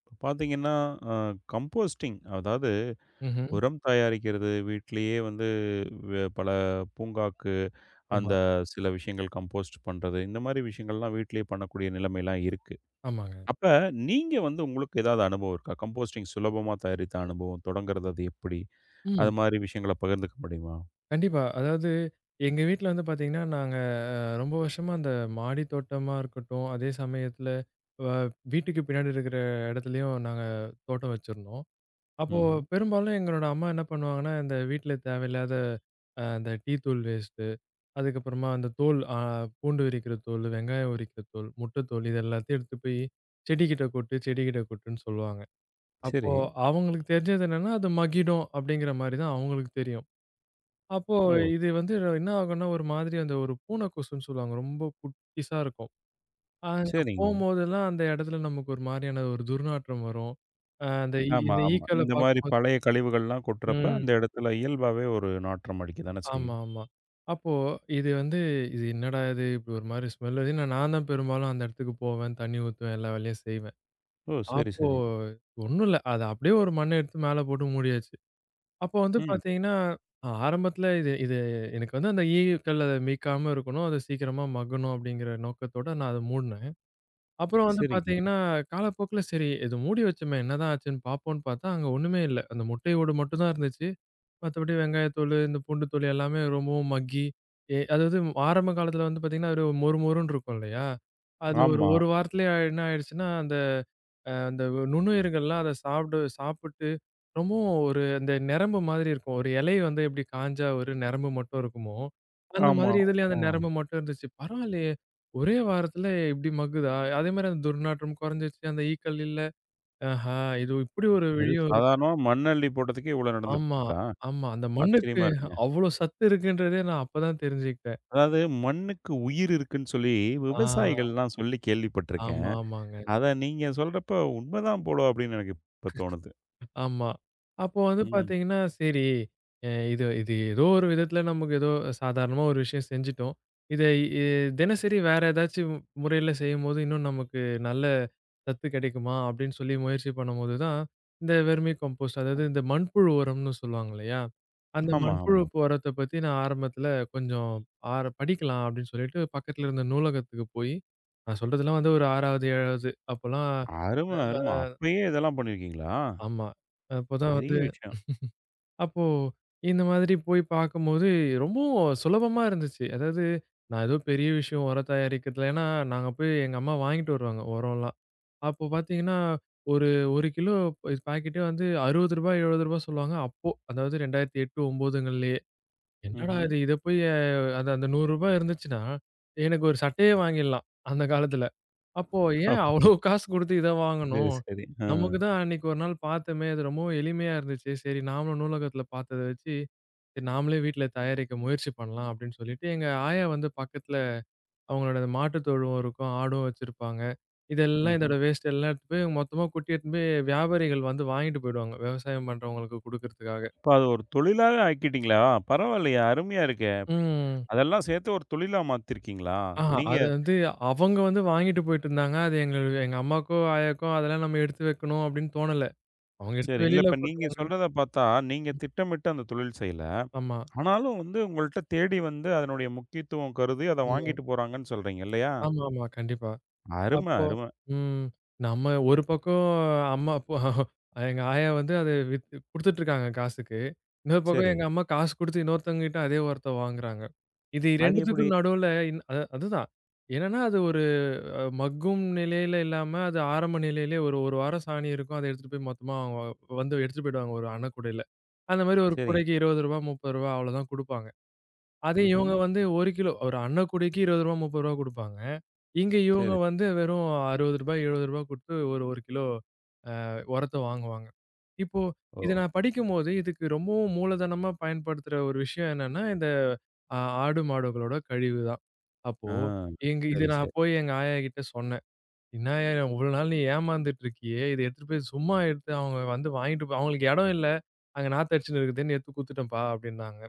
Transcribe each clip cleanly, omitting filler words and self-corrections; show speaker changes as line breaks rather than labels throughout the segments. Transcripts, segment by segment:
இப்ப பார்த்தீங்கன்னா, அ கம்போஸ்டிங் அதாவது
ம்ஹ்ம்.
உரம் தயாரிக்கிறது வீட்டிலேயே வந்து பல பூங்காக்கு அந்த
ஆமா,
சில விஷயங்கள் கம்போஸ்ட் பண்றது. இந்த மாரி விஷயங்கள்லாம் வீட்டிலேயே பண்ணக்கூடிய நிலைமைலாம் இருக்கு.
ஆமாங்க.
அப்ப நீங்க வந்து உங்களுக்கு ஏதாவது அனுபவம் இருக்கா? கம்போஸ்டிங் சுலபமா தயாரித்த அனுபவம், தொடங்குறது அது எப்படி? அது
ம்.
மாரி விஷயங்கள பகிர்ந்துக்க முடியுமா?
கண்டிப்பா. அதாவது எங்க வீட்ல வந்து பார்த்தீங்கன்னா, நாங்க அ ரொம்ப வருஷமா அந்த மாடி தோட்டமா இருக்கட்டும், அதே சமயத்துல வ வீட்டுக்கு பின்னாடி இருக்கிற இடத்துலயும் நாங்க தோட்டம் வச்சிருந்தோம். அப்போ
ம்ஹ்ம்.
பெரும்பாலும் எங்களோட அம்மா என்ன பண்ணுவாங்கன்னா, இந்த வீட்ல தேவையில்லாத அந்த டீ தூள் வேஸ்ட்டு, அதுக்கப்புறமா அந்த தோல் பூண்டு உரிக்கிற தோல், வெங்காயம் உரிக்கிற தோல், முட்டை தோல் இது எல்லாத்தையும் எடுத்து போய் செடிகிட்ட கொட்டு, செடிகிட்ட கொட்டுன்னு சொல்லுவாங்க. அப்போ
சரி.
அவங்களுக்கு தெரிஞ்சது என்னன்னா, அது மக்கிடும் அப்படிங்கிற மாரி தான் அவங்களுக்கு தெரியும். அப்போ
ஓ!
இது வந்து என்ன ஆகும்னா, ஒரு மாதிரி அந்த ஒரு பூனை கொசுன்னு சொல்லுவாங்க. ரொம்ப குட்டிஸா இருக்கும். அங்க
சரிங்க.
போம்போதெல்லாம் அந்த இடத்துல நமக்கு ஒரு மாரியான ஒரு துர்நாற்றம் வரும். அ அந்த இ
ஆமா,
இந்த
ஆமா.
ஈக்கள
இந்த மாரி
பார்க்கும்போது
பழைய கழிவுகள்லாம் கொட்டுறப்ப
ம்.
அந்த இடத்துல இயல்பாவே ஒரு நாற்றம் அடிக்க தானே
ஆமா,
செய்யும்.
ஆமா. அப்போ இது வந்து இது என்னடா இது? இப்படி ஒரு மாரி ஸ்மெல் வருது. ஏன்னா நான் தான் பெரும்பாலும் அந்த இடத்துக்கு போவேன், தண்ணி ஊத்துவேன், எல்லா வேலையும் செய்வேன்.
ஓ! சரி,
அப்போ
சரி.
ஒண்ணும் இல்ல. அத அப்படியே ஒரு மண்ண எடுத்து மேல போட்டு மூடியாச்சு. அப்போ வந்து
ம்.
பார்த்தீங்கன்னா, ஆரம்பத்தில இது இது எனக்கு வந்து அந்த ஈக்கள் அத மீய்க்காம இருக்கணும். அது சீக்கிரமா மங்கணும் அப்படிங்கிற நோக்கத்தோட நான் அத மூடுனேன். அப்புறம் வந்து
சரிங்க.
பார்த்தீங்கன்னா, காலப்போக்குல சரி இது மூடி வச்சோமே என்னதான் ஆச்சுன்னு பார்ப்போம்ன்னு பார்த்தா, அங்க ஒண்ணுமே இல்ல. அந்த முட்டையோடு மட்டும் தான் இருந்துச்சு. மத்தபடி வெங்காயத்தூளு, இந்த பூண்டு தூள் எல்லாமே ரொம்பவும் மக்கி, அதாவது ஆரம்ப காலத்துல வந்து பாத்தீங்கன்னா, அது மொறு மொறுன்னு இருக்கும் இல்லையா? அது ஒரு
ஆமா,
1 வாரத்திலயே என்ன ஆயிடுச்சுன்னா, அந்த அந்த நுண்ணுயிர்கள்லாம் அத சாப்பிடு சாப்பிட்டு ரொம்பவும் ஒரு அந்த நரம்பு மாதிரி இருக்கும். ஒரு இலை வந்து எப்படி காஞ்சா ஒரு நரம்பு மட்டும் இருக்குமோ, அந்த
ஆமா.
மாதிரி இதுலயும்
ஆ.
அந்த நரம்பு மட்டும் இருந்துச்சு. பரவாயில்லையே! ஒரே வாரத்துல இப்படி மக்குதா? அதே மாரி அந்த துர்நாற்றம் குறைஞ்சிருச்சு. அந்த ஈக்கள் இல்ல. ஆஹா! இது இப்படி ஒரு
அது
விழியும்
சாதாரணமா மண்ணள்ளி போட்டதுக்கே இவ்ளோ
ஆமா,
நடந்திருக்கா?
ஆமா. அந்த மண்ணுக்கு
ஆச்சரியமா இருக்குங்க.
அவ்ளோ சத்து இருக்குன்றதே நான் அப்பதான் தெரிஞ்சுக்கிட்டேன்.
அதாவது மண்ணுக்கு உயிர் இருக்குன்னு சொல்லி
ஆ,
விவசாயிகள்லாம் சொல்லி
ஆமா,
கேள்விப்பட்டுருக்கேன்.
ஆமாங்க.
அத நீங்க சொல்றப்ப உண்மதான் போல அப்படின்னு எனக்கு இப்ப தோணுது.
ஆமா. அப்போ வந்து
ம்.
பார்த்தீங்கன்னா, சரி அ இது இது ஏதோ ஒரு விதத்தில நமக்கு ஏதோ சாதாரணமா ஒரு விஷயம் செஞ்சுட்டோம். இதை இ தினசரி வேற ஏதாச்சும் முறையில செய்யும்போது, இன்னும் நமக்கு நல்ல சத்து கிடைக்குமா? அப்படின்னு சொல்லி முயற்சி பண்ணும்போது தான், இந்த வெர்மி கம்போஸ்ட் அதாவது இந்த மண்புழு உரம்னு சொல்லுவாங்க இல்லையா? அந்த
ஆமா,
மண்புழு
ஆமா.
உரத்த பத்தி நான் ஆரம்பத்தில கொஞ்சம் படிக்கலாம் அப்படின்னு சொல்லிட்டு, பக்கத்தில இருந்த நூலகத்துக்கு போய் நான் சொல்றதெல்லாம் வந்து ஒரு 6வது, 7வது அப்போலாம்
அரும, அரும. அப்பயே இதெல்லாம் பண்ணியிருக்கீங்களா?
ஆமா. அப்போதான்
பெரிய
வந்து
விஷயம்.
அப்போ, இந்த மாதிரி போய் பார்க்கும்போது ரொம்பவும் சுலபமா இருந்துச்சு. அதாவது நான் ஏதோ பெரிய விஷயம் உரம் தயாரிக்கிறதுல ஏன்னா, நாங்க போய் எங்க அம்மா வாங்கிட்டு வருவாங்க உரம்லாம். அப்போ பார்த்தீங்கன்னா, ஒரு 1 கிலோ இது பாக்கெட்டே வந்து ரூ. 60 ரூ. 70 சொல்லுவாங்க. அப்போ அதாவது 2008, 9ங்கள்லயே. ம். என்னடா
ம்ஹ்ம்.
இது! இத போய் அது அந்த ரூ. 100 இருந்துச்சுன்னா, எனக்கு ஒரு சட்டையே வாங்கிடலாம் அந்த காலத்துல. அப்போ ஏன் அவ்ளோ
அப்படியா?
காசு குடுத்து இத
சரி,
வாங்கணும்?
சரி. ஆ.
நமக்கு தான் அன்னைக்கு ஒரு நாள் பார்த்தமே! அது ரொம்பவும் எளிமையா இருந்துச்சு. சரி நாமளும் நூலகத்தில பார்த்தத வச்சு, சரி நாமளே வீட்ல தயாரிக்க முயற்சி பண்ணலாம் அப்படின்னு சொல்லிட்டு, எங்க ஆயா வந்து பக்கத்தில அவங்களோட மாட்டுத் தொழுவம் இருக்கும். ஆடும் வச்சிருப்பாங்க. இதெல்லாம்
ம்ஹ்ம்.
இதோட வேஸ்ட் எல்லாம் எடுத்துட்டு போய் மொத்தமா கொட்டி எடுத்துன்னு போய் வியாபாரிகள் வந்து வாங்கிட்டு போயிடுவாங்க. விவசாயம் பண்றவங்களுக்கு குடுக்கறதுக்காக.
இப்ப அது ஒரு தொழிலாவே ஆக்கிட்டீங்களா? பரவாயில்லையே! அருமையா இருக்கே!
ம்.
அதெல்லாம் சேர்த்து ஒரு தொழிலா மாத்திருக்கீங்களா?
ஆஹா
நீங்க
அது வந்து அவங்க வந்து வாங்கிட்டு போயிட்டுருந்தாங்க. அது எங்க எங்க அம்மாக்கோ, ஆயாக்கோ அதெல்லாம் நம்ம எடுத்து வைக்கணும் அப்படின்னு தோணல. அவங்க
சரி.
எடுத்து
இல்ல
வெளியில
இப்ப நீங்க
கொட்டுவாங்க.
சொல்றத பார்த்தா, நீங்க திட்டமிட்டு அந்த தொழில் செய்யல.
ஆமா,
ஆனாலும் வந்து உங்கள்ட்ட தேடி வந்து அதனுடைய முக்கியத்துவம் கருதி அத
ஆமா,
வாங்கிட்டு போறாங்கன்னு சொல்றீங்க இல்லையா?
ஆமாமா. கண்டிப்பா.
அரும,
அப்போ
அரும.
ம். நம்ம ஒரு பக்கம் அம்மா அப்போ எங்க ஆயா வந்து அத வித் குடுத்துட்டுருக்காங்க காசுக்கு. இன்னொரு பக்கம்
சரி.
எங்க அம்மா காசு குடுத்து இன்னொருத்தவங்ககிட்ட அதே உரத்த வாங்குறாங்க. இது
அது எப்படி?
2த்துக்கும் நடுவுல அது அதுதான். என்னன்னா அது ஒரு மக்கும் நிலையில இல்லாம, அது ஆரம்ப நிலையிலே ஒரு 1 வாரம் சாணி இருக்கும். அத எடுத்துட்டு போய் மொத்தமா அவங்க வந்து எடுத்துட்டு போயிடுவாங்க ஒரு அன்ன கூடையில. அந்த மாரி ஒரு
சரி.
கூடைக்கு ரூ. 20 ரூ. 30 அவ்வளோதான் குடுப்பாங்க. அதே
ம்ஹ்ம்.
இவங்க வந்து 1 கிலோ ஒரு அன்ன கூடைக்கு ரூ. 20 ரூ. 30 குடுப்பாங்க. இங்க இவங்க
சரி.
வந்து வெறும் ரூ. 60, ரூ. 70 குடுத்து ஒரு 1 கிலோ உரத்த வாங்குவாங்க. இப்போ
ஓ!
இத நான் படிக்கும்போது, இதுக்கு ரொம்பவும் மூலதனமா பயன்படுத்துற ஒரு விஷயம் என்னன்னா, இந்த ஆ ஆடு மாடுகளோட கழிவு தான். அப்போ
ஆ.
இது
சரி, சரி.
நான் போய் எங்க ஆயா கிட்ட சொன்னேன். "என்ன ஆயா இவ்வளோ நாள் நீ ஏமாந்துட்டு இருக்கியே, இத எடுத்துட்டு போய் சும்மா எடுத்து அவங்க வந்து வாங்கிட்டு போ அவங்களுக்கு இடம் இல்ல. அங்க நாத்து அடிச்சுன்னு இருக்குதுன்னு எடுத்து குடுத்துட்டேன்ப்பா" அப்படின்னாங்க.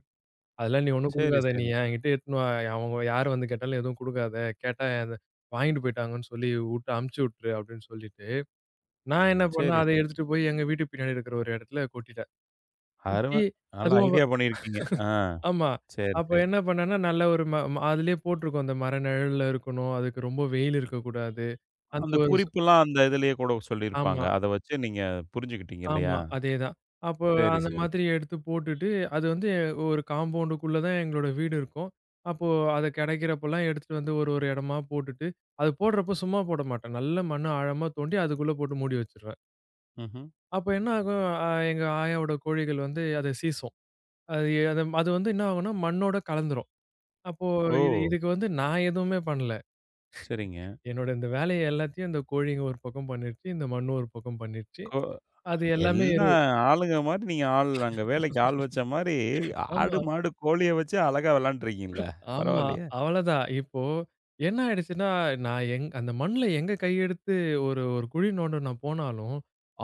அதெல்லாம் நீ ஒண்ணும்
சரி,
குடுக்காத. நீ
சரி.
என்கிட்ட எடுத்துன்னு வா. அவங்க யார் வந்து கேட்டாலும் எதுவும் குடுக்காத. கேட்டா அது வாங்கிட்டு போயிட்டாங்கன்னு சொல்லி வுட்டு அனுப்பிச்சு விட்டுரு அப்படின்னு சொல்லிட்டு, நான் என்ன பண்ணேன்,
சரி,
அத
சரி.
எடுத்துட்டு போய் எங்க வீட்டு பின்னாடி இருக்கிற ஒரு இடத்துல கொட்டிட்டேன்.
அரும.
கொட்டி
நல்லா
அதுவும்
ஐடியா பண்ணியிருக்கீங்க. ஆ.
ஆமா.
சரி,
அப்ப
சரி.
என்ன பண்ணேன்னா, நல்ல ஒரு அதிலேயே போட்டிருக்கும். அந்த மர நிழல்ல இருக்கணும். அதுக்கு ரொம்ப வெயில் இருக்கக்கூடாது. அந்த
அந்த
ஒரு
குறிப்புலாம் அந்த இதுலயே கூட சொல்லியிருப்பாங்க.
ஆமா.
அத வச்சு நீங்க புரிஞ்சுக்கிட்டீங்க இல்லையா?
ஆமா. அதேதான். அப்போ
சரி,
அந்த
சரி.
மாதிரி எடுத்து போட்டுட்டு, அது வந்து ஒரு காம்பவுண்டுக்குள்ள தான் எங்களோட வீடு இருக்கும். அப்போ அது கெடைக்கிறப்பலாம் எடுத்துட்டு வந்து ஒரு இடமா போட்டுட்டு, அது போடுறப்போ சும்மா போட மாட்டேன். நல்ல மண்ண ஆழமா தோண்டி அதுக்குள்ள போட்டு மூடி வச்சுருவேன்.
ம்ஹ்ம்.
அப்போ என்ன ஆகும், எங்க ஆயாவோட கோழிகள் வந்து அத சீசும். அது எ- அது அது வந்து என்ன ஆகும்னா, மண்ணோட கலந்துரும். அப்போ இது
ஓ!
இதுக்கு வந்து நான் எதுவுமே பண்ணல.
சரிங்க.
என்னோட இந்த வேலைய எல்லாத்தையும் இந்த கோழிங்க ஒரு பக்கம் பண்ணிருச்சு. இந்த மண்ணு ஒரு பக்கம் பண்ணிருச்சு.
கோ
அது எல்லாமே
எல்லா ஆளுங்க மாரி நீங்க ஆள் அங்க வேலைக்கு ஆள் வச்ச மாரி, ஆடு,
ஆமா.
மாடு, கோழிய வச்சு அழகா விளையாண்டுருக்கீங்கல்ல.
ஆமா.
பரவாயில்லையே!
அவ்வளதான். இப்போ என்ன ஆயிடுச்சுன்னா, நான் அந்த மண்ல எங்க கையெடுத்து ஒரு ஒரு குழி நோண்ட நான் போனாலும்,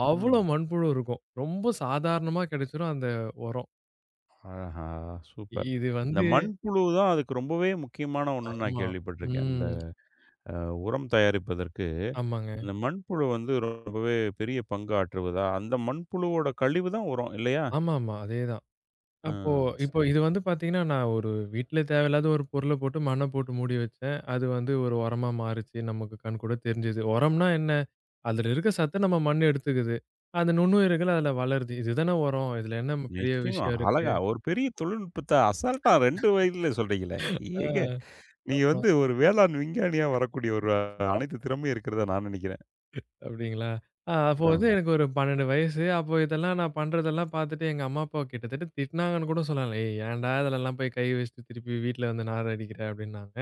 அவ்ளோ
ம்.
மண்புழு இருக்கும். ரொம்ப சாதாரணமா கிடைச்சிரும் அந்த உரம்.
ஆஹா!
இ-
சூப்பர்.
இது
இந்த
வந்து
மண்புழு தான் அதுக்கு ரொம்பவே முக்கியமான ஒண்ணுன்னு நான்
ஆமா.
கேள்விப்பட்டிருக்கேன். அந்த
ம்.
அ உரம் தயாரிப்பதற்கு,
ஆமாங்க.
இந்த மண்புழு வந்து ரொம்பவே பெரிய பங்கு ஆற்றுவதா? அந்த மண்புழுவோட கழிவு தான் உரம் இல்லையா?
ஆமாமா. அதேதான். அப்போ
ம்.
இப்போ
சரி,
இது வந்து
சரி.
பார்த்தீங்கன்னா, நான் ஒரு வீட்ல தேவையில்லாத ஒரு பொருள போட்டு மண்ண போட்டு மூடி வச்சேன். அது வந்து ஒரு உரமா மாறுச்சு. நமக்கு கண்கூட தெரிஞ்சது. உரம்னா என்ன? அதுல இருக்க சத்த நம்ம மண்ணு எடுத்துக்குது. அந்த நுண்ணுயிர்கள் அதுல வளருது. இதுதானே உரம். இதுல என்ன பெரிய
நிச்சயமா.
விஷயம் இருக்கு?
அழகா ஒரு பெரிய தொழில்நுட்பத்த அசால்ட்டா 2 வரியில சொல்றீங்களே!
ஆ
ஏக நீங்க
ஆமா.
வந்து ஒரு வேளாண் விஞ்ஞானியா வரக்கூடிய ஒரு ஆம். அனைத்து திறமையும் இருக்கிறதா நான் நினைக்கிறேன்.
அப்டிங்களா? அப்போ வந்து
ஆம்.
எனக்கு ஒரு 12 வயசு. அப்போ இதெல்லாம் நான் பண்றதெல்லாம் பார்த்துட்டு எங்க அம்மா, அப்பா கிட்டத்தட்ட திட்டுனாங்கன்னு கூட சொல்லலாம். "ஏய் ஏன்டா இதுலலாம் போய் கை வச்சுட்டு திருப்பி வீட்ல வந்து நார் அடிக்கிற" அப்டின்னாங்க.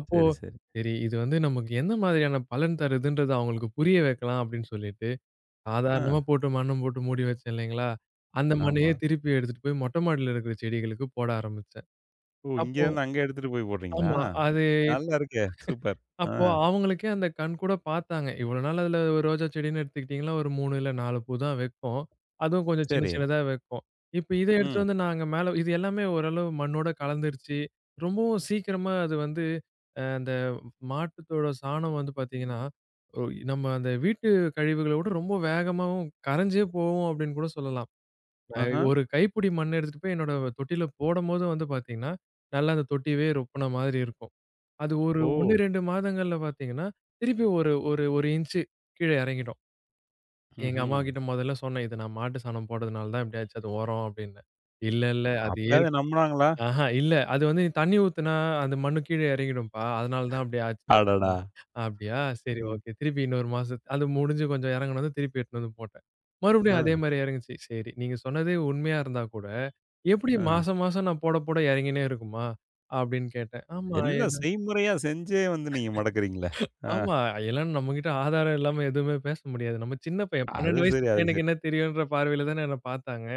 அப்போ,
சரி, சரி.
சரி இது வந்து நமக்கு எந்த மாதிரியான பலன் தருதுன்றத அவங்களுக்கு புரிய வைக்கலாம் அப்படின்னு சொல்லிட்டு,
ஆ,
சாதாரணமா போட்டு மண்ணும் போட்டு மூடி வச்சேன் இல்லைங்களா? அந்த
ஆமா.
மண்ணையே திருப்பி எடுத்துட்டு போய் மொட்டை மாடியில இருக்கிற செடிகளுக்கு போட ஆரம்பிச்சேன்.
ஓ!
அப்போ
இங்கேருந்து அங்க எடுத்துட்டு போய் போடுறீங்களா?
ஆமா. அது
நல்லா இருக்கே! சூப்பர். ஆ,
அப்போ அவங்களுக்கே அந்த கண்கூடா பார்த்தாங்க. இவ்வளோ நாள் அதுல ஒரு ரோஜா செடின்னு எடுத்துக்கிட்டீங்கன்னா, ஒரு 3 இல்ல 4 பூ தான் வைக்கும். அதுவும் கொஞ்சம் சின்ன
சரி.
சின்னதா வைக்கும். இப்ப இத எடுத்துட்டு
ம்.
வந்து நாங்க மேல இது எல்லாமே ஓரளவு மண்ணோட கலந்துருச்சு. ரொம்பவும் சீக்கிரமா அது வந்து அந்த மாட்டுத்தோட சாணம் வந்து பார்த்தீங்கன்னா, ஒ நம்ம அந்த வீட்டு கழிவுகள விட ரொம்ப வேகமாவும் கரைஞ்சே போகும் அப்படின்னு கூட சொல்லலாம். அ
ஆஹா.
ஒரு கைப்பிடி மண் எடுத்துட்டு போய் என்னோட தொட்டியில போடும்போது வந்து பார்த்தீங்கன்னா, நல்லா அந்த தொட்டியவே ரொப்புன மாதிரி இருக்கும். அது ஒரு 1,
ஓ!
2 மாதங்கள்ல பார்த்தீங்கன்னா, திருப்பி ஒரு ஒரு 1 இன்ச்சு கீழ இறங்கிடும். எங்க
ம்ஹ்ம்.
அம்மாகிட்ட மொதல்ல சொன்னேன். "இது நான் மாட்டு சாணம் போட்டதுனால தான் இப்படி ஆச்சு. அது உரம்" அப்படின்னு. "இல்ல, இல்ல அது இயற்
அப்பயாவது நம்புனாங்களா?
ஆஹா இல்ல. அது வந்து நீ தண்ணி ஊத்துனா அந்த மண்ணு கீழ இறங்கிடும்பா. அதனால தான் அப்படி ஆச்சு."
அடடா!
"அப்படியா? சரி
ம்.
ஓகே." திருப்பி இன்னொரு மாசம் அது முடிஞ்சு கொஞ்சம் இறங்குனதும் திருப்பி எடுத்துட்டு வந்து போட்டேன்.
ஆ,
மறுபடியும் அதே மாரி இறங்குச்சு. சரி நீங்க சொன்னதே உண்மையா இருந்தா கூட, எப்படி
ஆ.
மாசம் மாசம் நான் போட போட இறங்கினே இருக்குமா? அப்படின்னு கேட்டேன். "ஆமா.
எல்லாம்
ஏதோ
செய்முறையா செஞ்சே வந்து நீங்க மடக்குறீங்களே! ஆ,
ஆமா. ஏன்னா நம்மகிட்ட ஆதாரம் இல்லாம எதுவுமே பேச முடியாது. நம்ம சின்ன பையன்
அது
12 வயசு
சரி, அது
பையனுக்கு
சரி.
என்ன தெரியுன்ற பார்வையில தானே என்ன பார்த்தாங்க.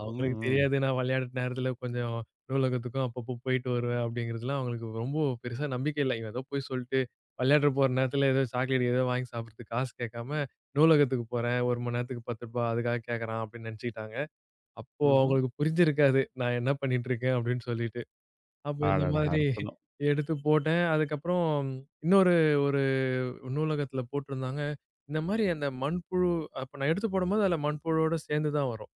அவங்களுக்கு
ம், ம்.
தெரியாது நான் விளையாட்டு நேரத்தில கொஞ்சம் நூலகத்துக்கும் அப்பப்போ போயிட்டு வருவேன் அப்படிங்கிறதுலாம் அவங்களுக்கு ரொம்ப பெருசா நம்பிக்கை இல்ல. இவன் ஏதோ போய் சொல்லிட்டு விளையாட போற நேரத்தில ஏதோ சாக்லேட் ஏதோ வாங்கி சாப்பிடுறதுக்கு காசு கேட்காம, நூலகத்துக்கு போறேன் 1 மணி நேரத்துக்கு ரூ. 10 அதுக்காக கேட்கறான் அப்படின்னு நினைச்சுக்கிட்டாங்க. அப்போ
ம்ஹ்ம்.
அவங்களுக்கு புரிஞ்சிருக்காது. நான் என்ன பண்ணிட்டு இருக்கேன் அப்படின்னு சொல்லிட்டு. அப்போ இந்த
அடடா!
மாதிரி
அற்புதம்.
எடுத்து போட்டேன். அதுக்கப்புறம் இன்னொரு நூலகத்துல போட்டிருந்தாங்க. இந்த மாரி அந்த மண்புழு அப்ப நான் எடுத்து போடும்போது அதுல மண்புழுவோட சேர்ந்து தான் வரும்.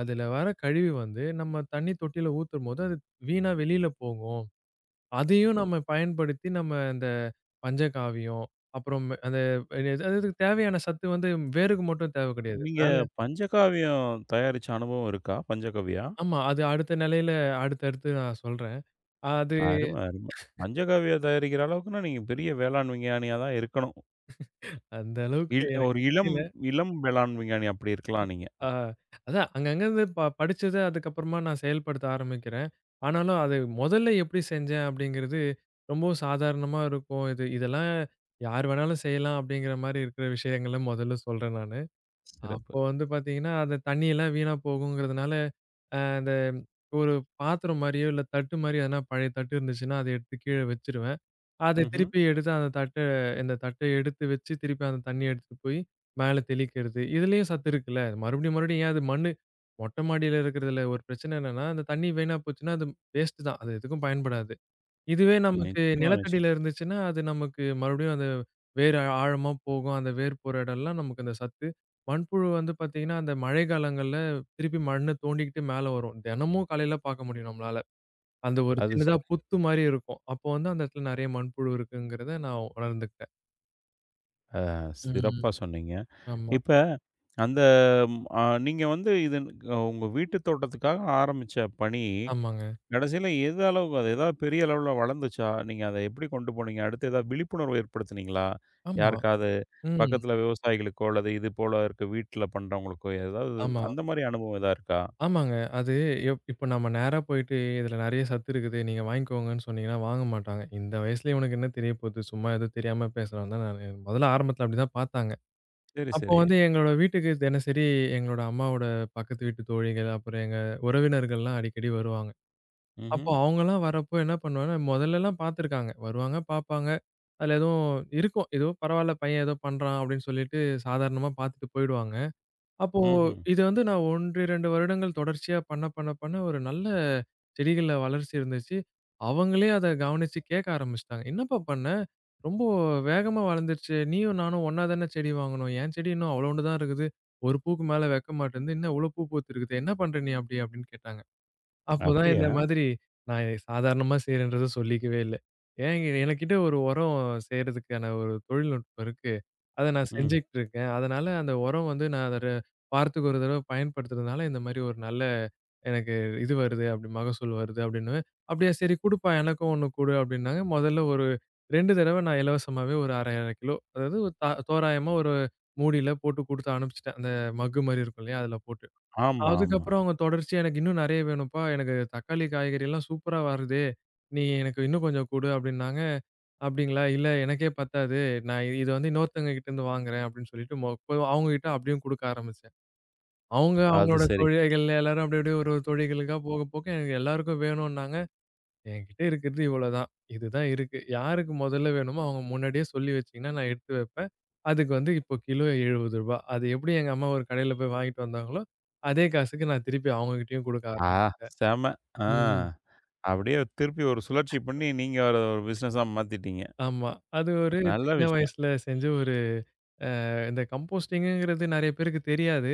அதுல வர கழிவு வந்து நம்ம தண்ணி தொட்டியில ஊத்தும்போது அது வீணா வெளியில போகும். அதையும் நம்ம பயன்படுத்தி நம்ம இந்த பஞ்சகாவியம், அப்புறம் அந்த அதுக்கு தேவையான சத்து வந்து வேருக்கு மட்டும் தேவை கிடையாது.
நீங்க
மேல
பஞ்சகாவியம் தயாரிச்ச அனுபவம் இருக்கா? பஞ்சகவ்யா?
ஆமா. அது அடுத்த நிலையில அடுத்தடுத்து நான் சொல்றேன். அது
அரும, அரும. மஞ்சக்காவிய தயாரிக்கிற அளவுக்குன்னா, நீங்க பெரிய வேளாண் விஞ்ஞானியா தான் இருக்கணும்.
அந்த அளவுக்கு எனக்கு
ஒரு இளம்
தெரியல.
இளம் வேளாண் விஞ்ஞானி அப்படி இருக்கலாம் நீங்க.
ஆ, அதான் அங்கங்க இருந்து படிச்சத அதுக்கப்புறமா நான் செயல்படுத்த ஆரம்பிக்கிறேன். ஆனாலும் அது முதல்ல எப்படி செஞ்சேன் அப்படிங்கிறது ரொம்பவும் சாதாரணமா இருக்கும். இதெல்லாம் யார் வேணாலும் செய்யலாம் அப்படிங்கிற மாரி இருக்கிற விஷயங்கள முதல்ல சொல்றேன் நானு.
சிறப்பு.
அப்போ வந்து பார்த்தீங்கன்னா, அந்த தண்ணியெல்லாம் வீணா போகுங்கிறதுனால, அந்த ஒரு பாத்திரம் மாரியோ, இல்ல தட்டு மாரி எதனா பழைய தட்டு இருந்துச்சுன்னா, அத எடுத்து கீழ வச்சுருவேன். அத
ம்ஹ்ம்.
திருப்பி எடுத்து அந்த தட்ட இந்த தட்ட எடுத்து வச்சு, திருப்பி அந்த தண்ணிய எடுத்துட்டு போய் மேல தெளிக்கிறது. இதுலயும் சத்து இருக்குல்ல. மறுபடியும் மறுபடியும் ஏன் அது மண்ணு மொட்ட மாடியில இருக்கிறதுல ஒரு பிரச்சனை என்னன்னா, அந்த தண்ணி வீணா போச்சுன்னா, அது வேஸ்ட்டு தான். அது எதுக்கும் பயன்படாது. இதுவே நமக்கு
நிச்சயமா, நிச்சயம்.
நிலத்தடியில இருந்துச்சுன்னா, அது நமக்கு மறுபடியும் அந்த வேர் ஆழமா போகும். அந்த வேர் போற இடம்லாம் நமக்கு அந்த சத்து. மண்புழு வந்து பார்த்தீங்கன்னா, அந்த மழைக்காலங்கள்ல திருப்பி மண்ண தோண்டிக்கிட்டு மேல வரும். தினமும் காலையில பார்க்க முடியும் நம்மளால. அந்த ஒரு
அது ச
சின்னதா புத்து மாரி இருக்கும். அப்போ வந்து அந்த இடத்துல நெறைய மண்புழு இருக்குங்கிறத நான் உணர்ந்துக்கிட்டேன்.
அ
ம்.
சிறப்பா சொன்னீங்க.
ஆமா.
இப்ப அந்த நீங்க வந்து உங்க வீட்டு தோட்டத்துக்காக ஆரம்பிச்ச பணி,
ஆமாங்க.
கடைசியில எது அளவுக்கு அது ஏதாவது பெரிய அளவுல வளர்ந்துச்சா? நீங்க அத எப்படி கொண்டு போனீங்க? அடுத்து ஏதாவது விழிப்புணர்வு ஏற்படுத்துனீங்களா?
ஆமா.
யாருக்காவது
ம்.
பக்கத்துல விவசாயிகளுக்கோ, அல்லது இது போல இருக்க வீட்ல பண்றவங்களுக்கோ ஏதாவது
ஆமா.
அந்த மாரி அனுபவம் ஏதா இருக்கா?
ஆமாங்க. அது இப்ப நம்ம நேரா போயிட்டு, "இதுல நெறைய சத்து இருக்குது. நீங்க வாங்கிக்கோங்கன்னு" சொன்னீங்கன்னா வாங்க மாட்டாங்க. "இந்த வயசுல இவனுக்கு என்ன தெரிய போது? சும்மா ஏதோ தெரியாம பேசுறான்" தான் நானு முதல்ல ஆரம்பத்துல அப்படிதான் பார்த்தாங்க.
சரி,
அப்போ
சரி.
வந்து எங்களோட வீட்டுக்கு தினசரி எங்களோட அம்மாவோட பக்கத்து வீட்டு தோழிகள், அப்புறம் எங்க உறவினர்கள்லாம் அடிக்கடி வருவாங்க.
ம்ஹ்ம்.
அப்போ அவங்கலாம் வரப்போ என்ன பண்ணுவேன்னா, முதல்லலாம் பார்த்துருக்காங்க. வருவாங்க, பார்ப்பாங்க. அதுல எதுவும் இருக்கும். "ஏதோ பரவால்ல பையன் ஏதோ பண்றான்" அப்படின்னு சொல்லிட்டு சாதாரணமா பார்த்துட்டு போயிடுவாங்க. அப்போ
ம்ஹ்ம்.
இது வந்து நான் 1, 2 வருடங்கள் தொடர்ச்சியா பண்ண, பண்ண, பண்ண ஒரு நல்ல செடிகள்ல வளர்ச்சி இருந்துச்சு. அவங்களே அத கவனிச்சு கேட்க ஆரம்பிச்சுட்டாங்க. "என்னப்பா பண்ண? ரொம்ப வேகமா வளர்ந்துருச்சு. நீயும் நானும் ஒண்ணா தானே செடி வாங்குனோம். என் செடி இன்னும் அவ்வளோண்டு தான் இருக்குது. ஒரு பூக்கு மேல வைக்க மாட்டேன்து. என்ன இவ்ளோ பூ பூத்திருக்குது. என்ன பண்ற நீ அப்படி?" அப்படின்னு கேட்டாங்க. அப்போதான்
அப்படியா?
இந்த மாதிரி நான் சாதாரணமா செய்றேன்றத சொல்லிக்கவே இல்ல. ஏன் எனக்கிட்ட ஒரு உரம் செய்றதுக்கான ஒரு தொழில்நுட்பம் இருக்கு. அத நான்
ம்.
செஞ்சுகிட்டு இருக்கேன். அதனால அந்த உரம் வந்து நான் அத ர வாரத்துக்கு ஒரு தடவ பயன்படுத்துறதுனால, இந்த மாரி ஒரு நல்ல எனக்கு இது வருது அப்படி மகசூல் வருது அப்படின்னு. அப்படியா சரி குடுப்பா எனக்கும் ஒண்ணு குடு அப்படின்னாங்க. மொதல்ல ஒரு 2 தடவ நான் இலவசமாவே ஒரு 1/2 கிலோ அதாவது ஒரு தோராயமா ஒரு மூடியில போட்டு குடுத்து அனுப்பிச்சுட்டேன். அந்த மக்கு மாரி இருக்கும் இல்லையா? அதுல போட்டு.
ஆமா, ஆமா.
அதுக்கப்புறம் அவங்க தொடர்ச்சியா எனக்கு இன்னும் நெறைய வேணும்ப்பா. எனக்கு தக்காளி, காய்கறிலாம் சூப்பரா வருதே! நீ எனக்கு இன்னும் கொஞ்சம் குடு அப்டின்னாங்க. அப்டிங்களா? இல்ல எனக்கே பத்தாது. நான் இத வந்து இன்னொருத்தவங்க கிட்டருந்து வாங்குறேன் அப்டின்னு சொல்லிட்டு போய் அவங்ககிட்ட அப்டியும் குடுக்க ஆரம்பிச்சேன். அவங்க
அது
அவங்களோட
சரி.
தோழிகள் எல்லாரும் அப்டி அப்டியே ஒரு ஒரு தோழிகளுக்கா போக போக எனக்கு எல்லாருக்கும் வேணும்னாங்க. என்கிட்ட இருக்கிறது இவ்வளோதான். இதுதான் இருக்கு. யாருக்கு மொதல்ல வேணுமோ அவங்க முன்னாடியே சொல்லி வச்சீங்கன்னா, நான் எடுத்து வைப்பேன். அதுக்கு வந்து இப்போ கிலோ ரூ. 70. அது எப்படி எங்க அம்மா ஒரு கடையில போய் வாங்கிட்டு வந்தாங்களோ, அதே காசுக்கு நான் திருப்பி அவங்ககிட்டயும் குடுக்க
ஆ,
ஆரம்பிச்சேன்.
செம. ஆ.
ம்.
அப்படியே திருப்பி ஒரு சுழற்சி பண்ணி, நீங்க அத ஒரு பிசினஸா மாத்திட்டீங்க.
ஆமா. அது ஒரு
நல்ல
சின்ன
விஷயம்.
வயசுல செஞ்ச ஒரு அ இந்த கம்போஸ்டிங்குங்கிறது நெறைய பேருக்கு தெரியாது.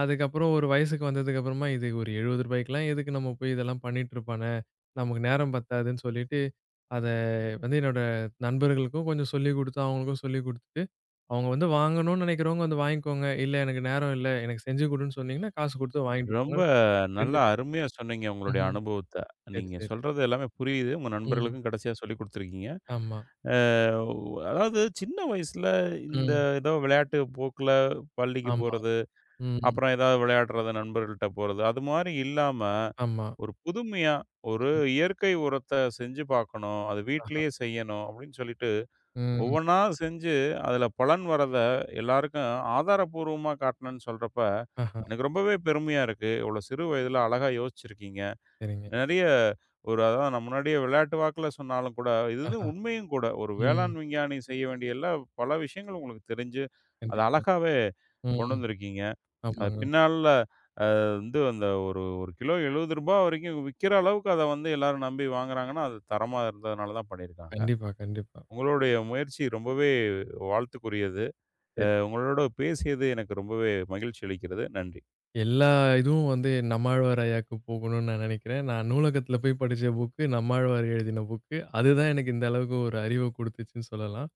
அதுக்கப்புறம் ஒரு வயசுக்கு வந்ததுக்கப்புறமா, இது ஒரு ரூ. 70லாம் எதுக்கு நம்ம போய் இதெல்லாம் பண்ணிட்டுருப்பானே! நமக்கு நேரம் பத்தாதுன்னு சொல்லிட்டு, அத வந்து என்னோட நண்பர்களுக்கும் கொஞ்சம் சொல்லிக் குடுத்து, அவங்களுக்கும் சொல்லிக் குடுத்துட்டு, அவங்க வந்து வாங்கணும்னு நெனைக்கிறவங்க வந்து வாங்கிக்கோங்க. இல்ல எனக்கு நேரம் இல்ல, எனக்கு செஞ்சு குடுன்னு சொன்னீங்கன்னா, காசு குடுத்து வாங்கிட்டு
ரொம்ப
போங்க.
நல்லா
2
அருமையா சொன்னீங்க உங்களுடைய
ம்ஹ்ம்.
அனுபவத்த.
சரி,
நீங்க
சரி.
சொல்றது எல்லாமே புரியுது. உங்க
ம்.
நண்பர்களுக்கும் கடைசியா சொல்லிக் குடுத்துருக்கீங்க.
ஆமா.
அ அதாவது சின்ன வயசுல இந்த
ம்.
ஏதோ விளையாட்டு போக்குல பள்ளிக்கு
ஆமா.
போறது,
ம்.
அப்புறம் ஏதாவது விளையாடுறது நண்பர்கள்ட்ட போறது, அது மாரி இல்லாம
ஆமா.
ஒரு புதுமையா ஒரு
ம்.
இயற்கை உரத்த செஞ்சு பார்க்கணும். அது
ஆஹா.
வீட்லயே செய்யணும் அப்படின்னு சொல்லிட்டு
ம்.
ஒவ்வொன்னா செஞ்சு, அதுல பலன் வர்றத எல்லாருக்கும் ஆதாரப்பூர்வமா காட்டணும்னு சொல்றப்ப,
ஆஹா.
எனக்கு ரொம்பவே பெருமையா இருக்கு. இவ்வளோ சிறு வயதில அழகா யோசிச்சிருக்கீங்க.
சரிங்க.
நெறைய ஒரு அதான் நான் முன்னாடியே விளையாட்டு வாக்குல சொன்னாலும் கூட, இது இது
ஆஹா.
உண்மையும் கூட. ஒரு
ம்.
வேளாண் விஞ்ஞானி செய்ய வேண்டிய எல்லா பல விஷயங்கள் உங்களுக்கு தெரிஞ்சு, அத
கண்டிப்பா.
அழகாவே கொண்டு
ம்.
வந்திருக்கீங்க. அது
ஆமாங்க.
பின்னால வந்து அந்த ஒரு ஒரு கிலோ ரூ. 70 வரைக்கும் விக்கிற அளவுக்கு அத வந்து எல்லாரும் நம்பி வாங்குறாங்கன்னா, அது தரமா இருந்ததுனால தான் பண்ணியிருக்காங்க.
கண்டிப்பா, கண்டிப்பா.
உங்களுடைய முயற்சி ரொம்பவே வாழ்த்துக்குரியது.
சரி.
உங்களோட பேசியது எனக்கு ரொம்பவே மகிழ்ச்சி அளிக்கிறது. நன்றி.
எல்லா இதுவும் வந்து நம்மாழ்வார் ஐயாக்கு போகணும்னு நான் நினைக்கிறேன். நான் நூலகத்தில போய் படிச்ச புக்கு, நம்மாழ்வார் எழுதின புக்கு. அதுதான் எனக்கு இந்த அளவுக்கு ஒரு அறிவ குடுத்துச்சுன்னு சொல்லலாம்.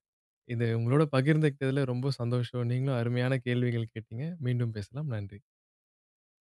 இது உங்களோட பகிர்ந்துக்கிட்டதுல ரொம்ப சந்தோஷம். நீங்களும் அருமையான கேள்விகள் கேட்டீங்க. மீண்டும் பேசலாம். நன்றி.